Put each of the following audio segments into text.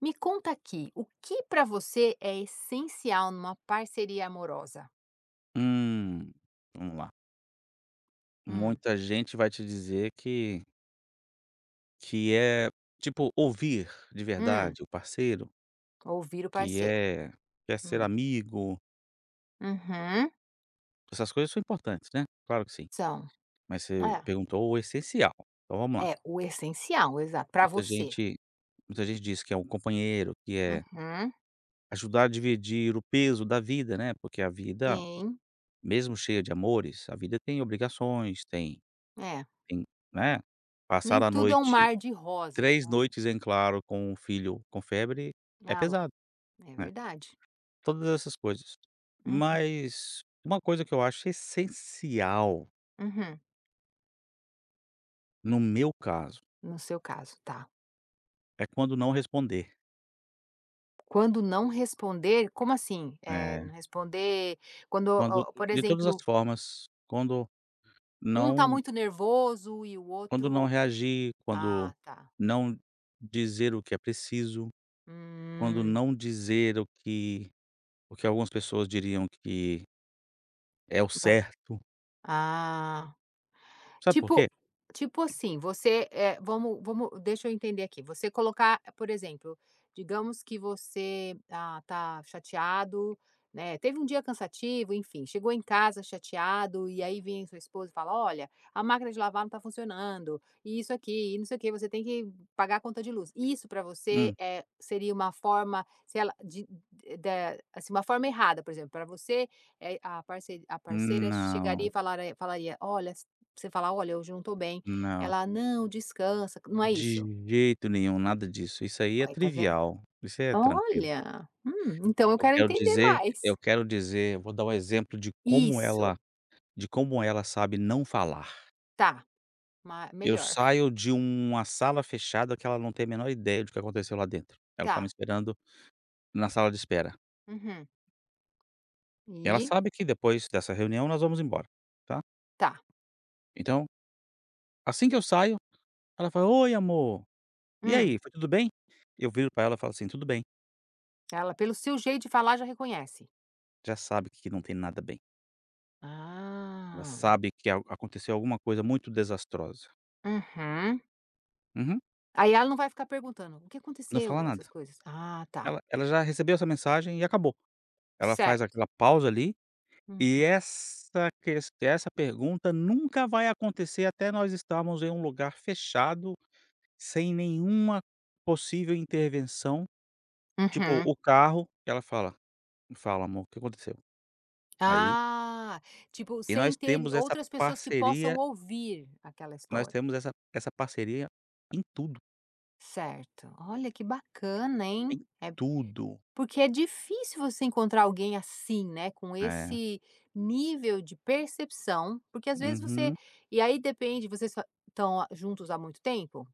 Me conta aqui, o que para você é essencial numa parceria amorosa? Hum, Vamos lá. Hum, Muita gente vai te dizer que é, tipo, ouvir de hum, verdade o parceiro, ouvir o que parceiro. é quer ser Hum, amigo, uhum, essas coisas são importantes, né, claro que sim, são. mas você É, perguntou o essencial, então vamos lá. é o essencial, exato, para Muita você. gente muita gente diz que é um companheiro, que é Uhum, ajudar a dividir o peso da vida, né, porque a vida, sim, mesmo cheia de amores, a vida tem obrigações, tem é. tem, né, Nem passar a tudo é um noite mar de rosas, 3 né? noites em claro com o filho com febre é Ah lá, pesado, é né, verdade. todas essas coisas. Uhum, Mas uma coisa que eu acho essencial, uhum, no meu caso, no seu caso, tá. é quando não responder, Quando não responder, como assim? É, eh, não responder quando, quando ó, por de todas as exemplo, formas, um tá não muito nervoso e o quando não outro. reagir, quando Ah, tá. não dizer o que é preciso, quando Hum. não dizer o que algumas pessoas diriam que é o Ba certo. Ah. Sabe por quê? Tipo tipo assim, você, vamos deixa eu entender aqui, você colocar, por exemplo, digamos que você, tá chateado, né, teve um dia cansativo, enfim, chegou em casa chateado, e aí vem sua esposa e fala: "Olha, a máquina de lavar não tá funcionando, e isso aqui, e não sei o que. Você tem que pagar a conta de luz". Isso para você, Hum, seria uma forma, se ela da assim, uma forma errada, por exemplo, para você, a parceira chegaria e não, falara falaria: "Olha, você falar: "Olha, hoje eu não tô bem". não. Ela: "Não, descansa". Não é De isso? jeito nenhum, nada disso. Isso aí é Aí, tá vendo? trivial, isso aí é tranquilo. Olha, então eu Eu quero quero entender dizer mais. eu quero dizer, eu vou dar um exemplo de como ela Isso, de como ela sabe não falar. tá, ma Eu melhor. saio de uma sala fechada que ela não tem a menor ideia do que aconteceu lá dentro. Ela tá me Tá, esperando na sala de espera. uhum, Ela e sabe que depois dessa reunião nós vamos embora, tá. tá, Então, assim que eu saio, ela fala: "Oi, amor, e hum. aí, foi tudo bem?". Eu viro pra ela e falo assim: "Tudo bem". Ela, pelo seu jeito de falar, já reconhece. Já sabe que não tem nada bem. Ela Ah, sabe que al aconteceu alguma coisa muito desastrosa. uhum. Uhum. Aí ela não vai ficar perguntando: "O que Não fala aconteceu?", nada. essas coisas. "Ah, tá, Ela já recebeu essa mensagem e acabou. Ela faz certo. aquela pausa ali, e Uhum, essa pergunta nunca vai acontecer até nós estarmos em um lugar fechado, sem nenhuma possível intervenção, tipo uhum. o carro. Ela fala: "Fala, amor, o que aconteceu?". Aí, Ah", tipo, e sem nós ter temos essa outras pessoas que possam parceria ouvir aquela nós história. temos essa essa parceria em tudo, Certo. Olha, que bacana, hein. em É tudo. porque é difícil você encontrar alguém assim, né, com É. esse nível de percepção, porque às vezes você Uhum. e aí depende, vocês estão juntos há muito tempo?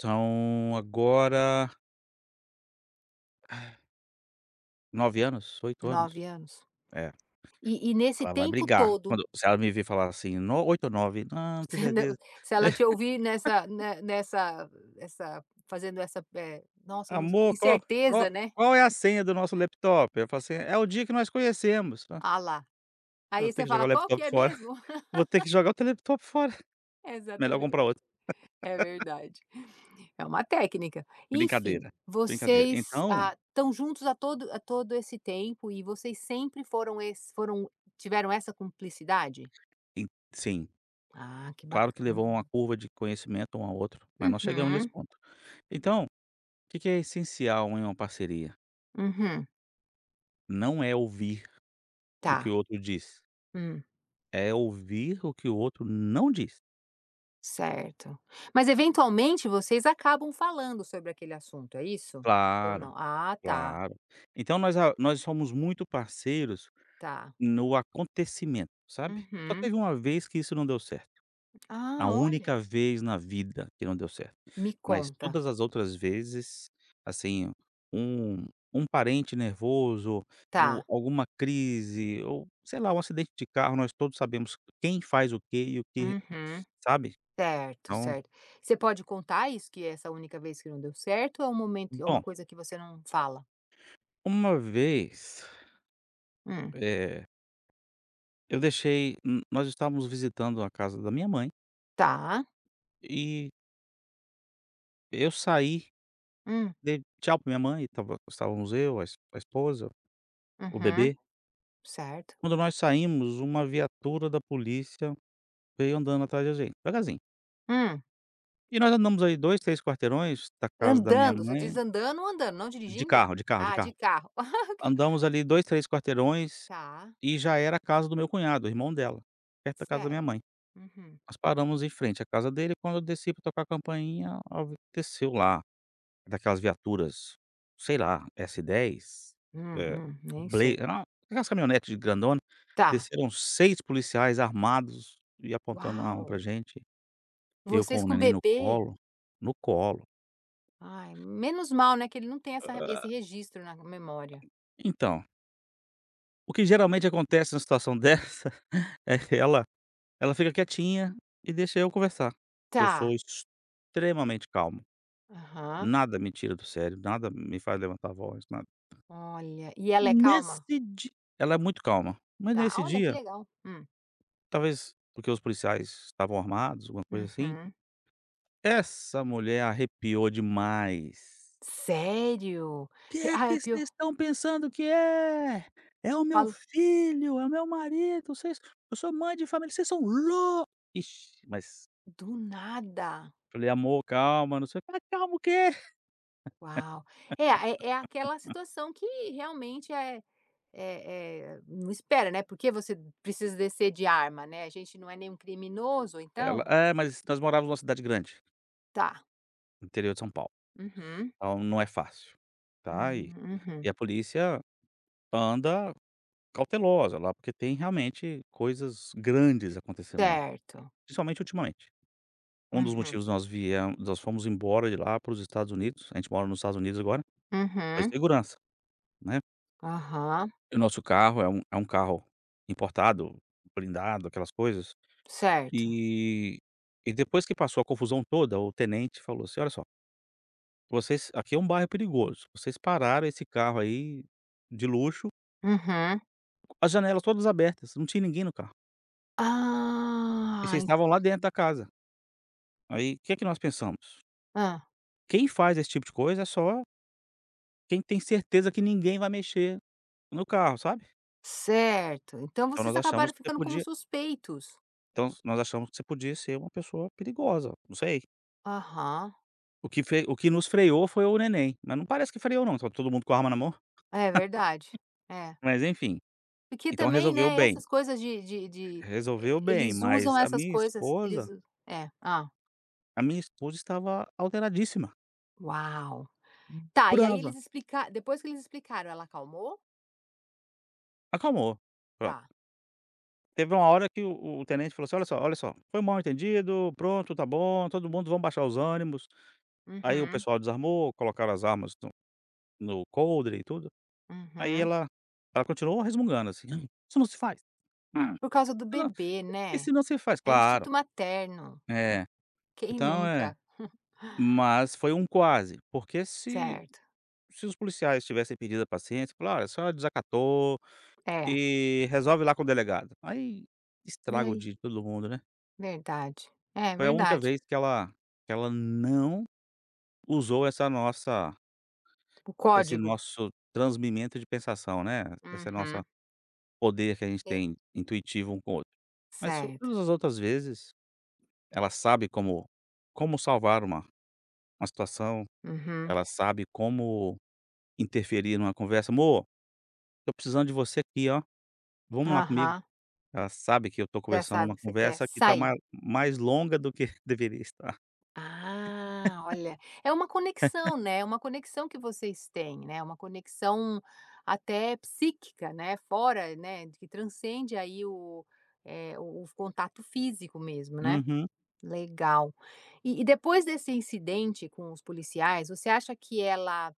São agora 9 anos, 8 Nove anos. anos? É, E nesse ela vai tempo brigar todo, quando se ela me ver falar assim: "No 8 ou 9, não, não tenho você não certeza". se ela te ouvir nessa essa fazendo essa, nossa, "Amor, qual incerteza, né, qual é a senha do nosso laptop?". Eu falo assim: "É o dia que nós conhecemos". Ah, "Ah lá", vou aí ter você que jogar fala: o "Qual que laptop é fora, mesmo?" vou ter que jogar o laptop fora, melhor comprar Exatamente, outro. é verdade. É uma técnica. Enfim, Brincadeira, brincadeira. vocês, Então, estão juntos a todo esse tempo e vocês sempre foram esse foram tiveram essa cumplicidade? en sim, Ah, que claro que levou uma bacana. curva de conhecimento um ao outro, mas nós chegamos nesse Uhum, ponto. Então, o que que é essencial em uma parceria? uhum. Não é ouvir o que Tá. o outro diz. Hum, É ouvir o que o outro não diz. certo. Mas eventualmente vocês acabam falando sobre aquele assunto, é isso? Ou Claro, não? Ah, tá, claro. Então nós somos muito parceiros tá. no acontecimento, sabe. Só Uhum. teve uma vez que isso não deu certo, a Ah, olha. única vez na vida que não deu certo, Me mas conta. todas as outras vezes, assim, um um parente nervoso ou Tá. alguma crise ou, sei lá, um acidente de carro, nós todos sabemos quem faz o que e o que Uhum. sabe? Certo, Então certo. Você pode contar isso, que essa única vez que não deu certo, ou é um momento é uma bom, coisa que você não fala? uma vez, Hum, eh Eu deixei n nós estávamos visitando a casa da minha mãe tá. e eu saí, Hum, dei tchau pra minha mãe, estava estávamos eu, a esposa, o uhum, bebê. certo. Quando nós saímos, uma viatura da polícia veio andando atrás da gente, devagarzinho. Hum. E nós andamos ali 2, 3 quarteirões da casa da minha Andando, você diz mãe, andando ou andando, não de dirigindo? carro, de carro, de Ah, de carro. carro. Andamos ali 2, 3 quarteirões Tá, e já era a casa do meu cunhado, o irmão dela, perto da casa da minha certo. mãe. Uhum. Nós paramos em frente à casa dele. Quando eu desci pra tocar a campainha, a vi desceu lá. Daquelas viaturas, sei lá, s 10, eh, Nem Bla sei. era aquelas caminhonete grandona, Tá. desceram 6 policiais armados e apontando uma arma Uau! pra gente, eu com Vocês o com neném no bebê? colo, no colo. Ai, menos mal, né, que ele não tem essa esse Ah, registro na memória. então, o que geralmente acontece numa situação dessa é que ela fica quietinha e deixa eu conversar, que eu sou Tá. extremamente calmo, Aham. nada me tira do sério, nada me faz levantar a voz, nada. Olha, e ela é Nesse calma? dia, ela é muito calma, mas Tá, nesse olha que dia, legal. Talvez porque os policiais estavam armados, alguma coisa assim. Uhum. Essa mulher arrepiou demais. Sério? "Que Re é Ah, é que pior vocês estão pensando que é? É o meu fala filho, é o meu marido, vocês eu sou mãe de família, vocês são loucos. Ixi!". Mas do nada. falei: "Amor, calma, não sei o que "Ah, calma o quê?". Uau. É aquela situação que realmente é não espera, né, porque você precisa descer de arma, né, a gente não é nenhum criminoso Ela: então? "É, mas nós morávamos numa cidade grande, Tá. no interior de São Paulo, Uhum. então não é fácil, tá? E Uhum. e a polícia anda cautelosa lá, porque tem realmente coisas grandes acontecendo lá". Certo. Principalmente ultimamente. Um dos Uhum. motivos nós fomos embora de lá para os Estados Unidos, a gente mora nos Estados Unidos agora, foi Uhum. segurança, né. Aham. E o nosso carro é um carro importado, blindado, aquelas coisas, Certo. e e depois que passou a confusão toda, o tenente falou assim: "Olha só, vocês aqui é um bairro perigoso, vocês pararam esse carro aí de luxo, Uhum. as janelas todas abertas, não tinha ninguém no carro, e Ah, vocês en estavam lá dentro da casa. Aí, o que é que nós pensamos? hã. Quem faz esse tipo de coisa é só quem tem certeza que ninguém vai mexer no carro, sabe. Certo, então Então vocês nós achamos acabaram que você ficando como podia, suspeitos. Ser uma pessoa perigosa, não sei". Aham, O que nos freou foi o neném, mas não parece que freou não, estava todo mundo com arma na mão. é verdade, é. Mas enfim, Porque então também, né, essas coisas de resolveu bem, eles usam mas a essas minha coisas, eles esposa u é, Ah, a minha esposa estava alteradíssima, Uau. Tá, e aí brava. eles explicaram? Depois que eles explicaram, ela acalmou? Acalmou, pronto. Tá. Teve uma hora que o tenente falou assim: olha só, foi mal entendido, pronto, tá bom, todo mundo vamos baixar os ânimos". Aí o Uhum, pessoal desarmou, colocaram as armas no coldre e tudo. Aí uhum. ela continuou resmungando assim: "Não, isso não se faz. Ah, Por causa do isso não bebê, né. isso não se faz". É Claro, instinto materno, é. quem Então é nunca? mas foi um quase, porque se Certo, se os policiais tivessem pedido a paciência, falaram: "Olha, a senhora desacatou é. e resolve lá com o delegado". Aí E estraga o aí? dia de todo mundo, né. Verdade. É, Foi a única verdade. vez que ela não usou essa nossa O esse código. nosso transmimento de pensação, né, esse nosso Uhum. poder que a gente É, tem intuitivo um com o outro. Mas certo. todas as outras vezes, ela sabe como salvar uma situação, Uhum. ela sabe como interferir numa conversa: "Amor, tô precisando de você aqui, ó, vamos lá comigo". Aham. Ela sabe que eu tô Já conversando sabe uma que você quer conversa que tá mais sair. mais longa do que deveria estar. Ah, olha, é uma conexão, né, é uma conexão que vocês têm, né, é uma conexão até psíquica, né, fora, né, que transcende aí o, eh, o contato físico mesmo, né. Uhum. Legal. E depois desse incidente com os policiais, você acha que ela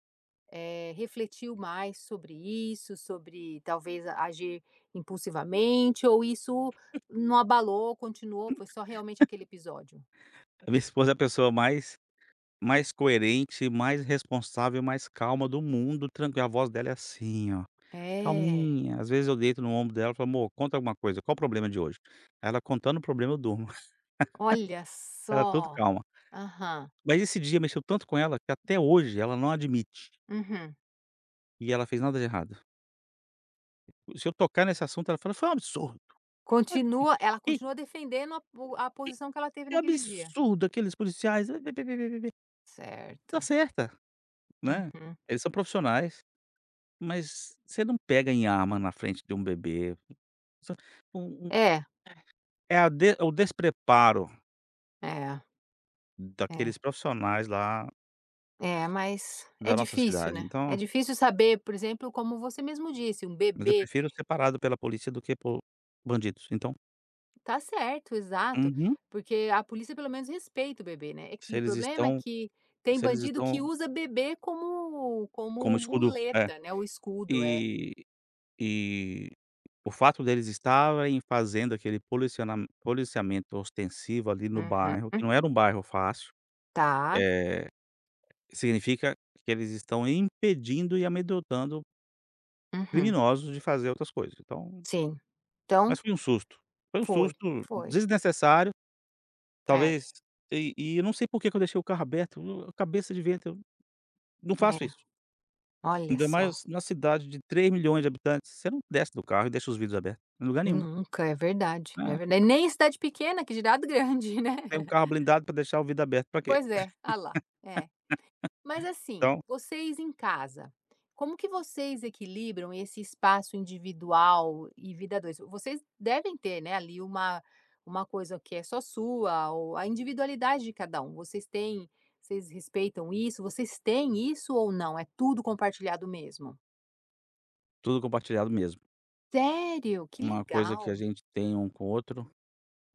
refletiu mais sobre isso, sobre talvez agir impulsivamente, ou isso não abalou, continuou, foi só realmente aquele episódio? A minha esposa é a pessoa mais coerente, mais responsável, mais calma do mundo, tranquila, a voz dela é assim, ó, É, calminha. Às vezes eu deito no ombro dela e falo: "Amor, conta alguma coisa, qual o problema de hoje?". Ela contando o problema eu durmo, olha ela tudo só. calma. Aham, Mas esse dia mexeu tanto com ela que até hoje ela não admite uhum. que ela fez nada de errado. Se eu tocar nesse assunto, ela fala: "Foi um absurdo. Ai, Continua, ela que continua defendendo a posição que ela teve que naquele dia. absurdo aqueles policiais. Eh." Tá Certo. certa, né. Uhum. Eles são profissionais, mas você não pega em arma na frente de um bebê. Só um É, é a de o despreparo é, é. daqueles profissionais lá É, mas é da nossa difícil, cidade. né? É Então, difícil saber, por exemplo, como você mesmo disse, um mas eu bebê. prefiro ser parado pela polícia do que por bandidos. Então, Tá certo, exato, uhum. porque a polícia pelo menos respeita o bebê, né. É que Se o eles problema é estão que tem se eles bandido que estão usa bebê como Como como escudo, é. muleta, né, o escudo, é. E e o fato deles estarem fazendo aquele policionam policiamento ostensivo ali no bairro, Uhum. que não era um bairro fácil, Tá. eh, significa que eles estão impedindo e amedrontando Uhum. criminosos de fazer outras coisas. Então, Sim. Então, mas foi um foi, susto foi. desnecessário, É, talvez, e eu não sei por que que eu deixei o carro aberto, eu cabeça de vento, eu não faço é, isso. olha Ainda só. mais na cidade de 3 milhões de habitantes, você não desce do carro e deixa os vidros abertos, em lugar nenhum. Nunca, é verdade, é É. verdade. Nem em cidade pequena, que dirá do grande, né. Tem um carro blindado pra deixar o vidro aberto pra quê? Pois é, ah lá, é. Mas assim, Então, vocês em casa, como que vocês equilibram esse espaço individual e vida a 2? Vocês devem ter, né, ali uma coisa que é só sua, ou a individualidade de cada um. Vocês respeitam isso? Vocês têm isso ou não? É tudo compartilhado mesmo? tudo compartilhado mesmo. Sério? Que Uma coisa que a legal. gente tem um com o outro,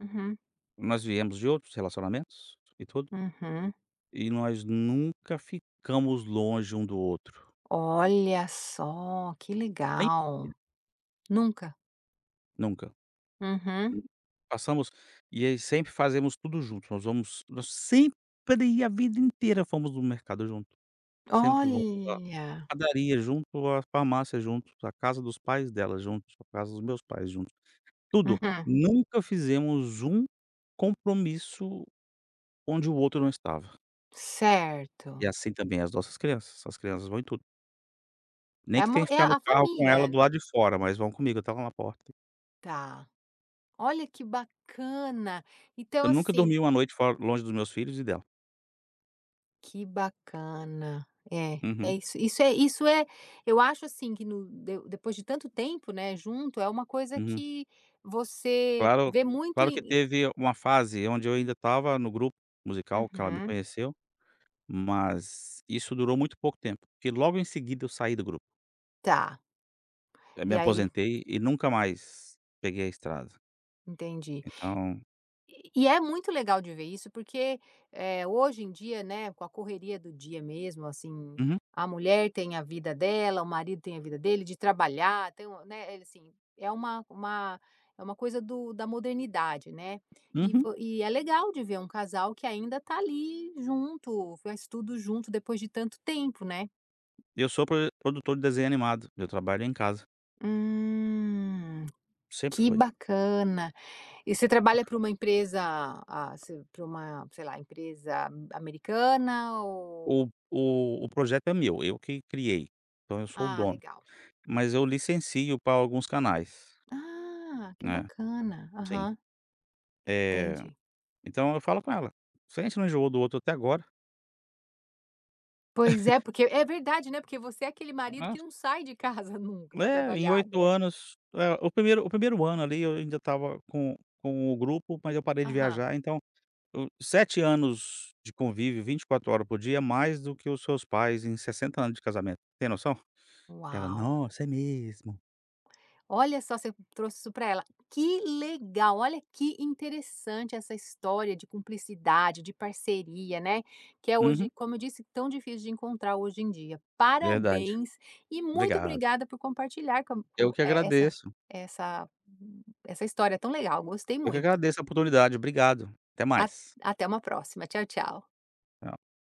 Uhum, nós viemos de outros relacionamentos e tudo, uhum. e nós nunca ficamos longe um do outro, Olha só, que nem legal. Nunca? nunca. Uhum. Passamos, e aí sempre fazemos tudo junto, nós sempre, a vida inteira fomos no mercado junto, sempre vamos à Olha. padaria junto, à farmácia junto, à casa dos pais dela junto, à casa dos meus pais junto. Tudo. Uhum. Nunca fizemos um compromisso onde o outro não estava. E Certo. assim também as nossas crianças. As crianças vão em tudo. É Nem que uma tenha que É ficar no a carro com família. ela do lado de fora, mas vão comigo, até lá na porta. Tá. Olha que bacana. Então Eu nunca assim dormi uma noite fora, longe dos meus filhos e dela. que bacana. É, Uhum, é eu acho assim que no de depois de tanto tempo, né, junto, é uma coisa uhum. que você Claro vê muito claro que em teve uma fase onde eu ainda estava no grupo musical que ela me uhum, conheceu, mas isso durou muito pouco tempo, porque logo em seguida eu saí do grupo. tá. Eu me E aí aposentei e nunca mais peguei a estrada. entendi. Então, E é muito legal de ver isso, porque, hoje em dia, né, com a correria do dia mesmo, assim, uhum, a mulher tem a vida dela, o marido tem a vida dele, de trabalhar, tem um né, ele, assim, é uma é uma coisa do da modernidade, né. E uhum. vo e é legal de ver um casal que ainda tá ali junto, faz tudo junto depois de tanto tempo, né. Eu sou produtor de desenho animado, eu trabalho em casa, Hum, sempre que foi. bacana. E você trabalha para uma empresa, você para uma, sei lá, empresa americana ou. O projeto é meu, eu que criei, então eu sou o Ah, dono, legal. mas eu licencio para alguns canais, Ah, que né, bacana. sim. Aham, Eh, entendi. então eu falo com ela: "Se a gente não enjoou do outro até agora, Pois é, porque é verdade, né, porque você é aquele marido ah, que não sai de casa nunca para é, em trabalhar, oito né. anos é, o primeiro ano ali eu ainda estava com o grupo, mas eu parei de Aham. viajar, então o 7 anos de convívio, 24 horas por dia, é mais do que os seus pais em 60 anos de casamento, tem noção?". Ela: Uau. "Nossa, é mesmo". Olha só, você trouxe isso para ela. Que legal, olha que interessante essa história de cumplicidade, de parceria, né, que é hoje, Uhum, como eu disse, tão difícil de encontrar hoje em dia. verdade. Parabéns e muito Obrigado. obrigada por compartilhar com Eu que essa agradeço. essa essa história tão legal, gostei Eu que muito. agradeço a oportunidade. Obrigado. Até A mais. Até uma próxima. Tchau, tchau. Tchau.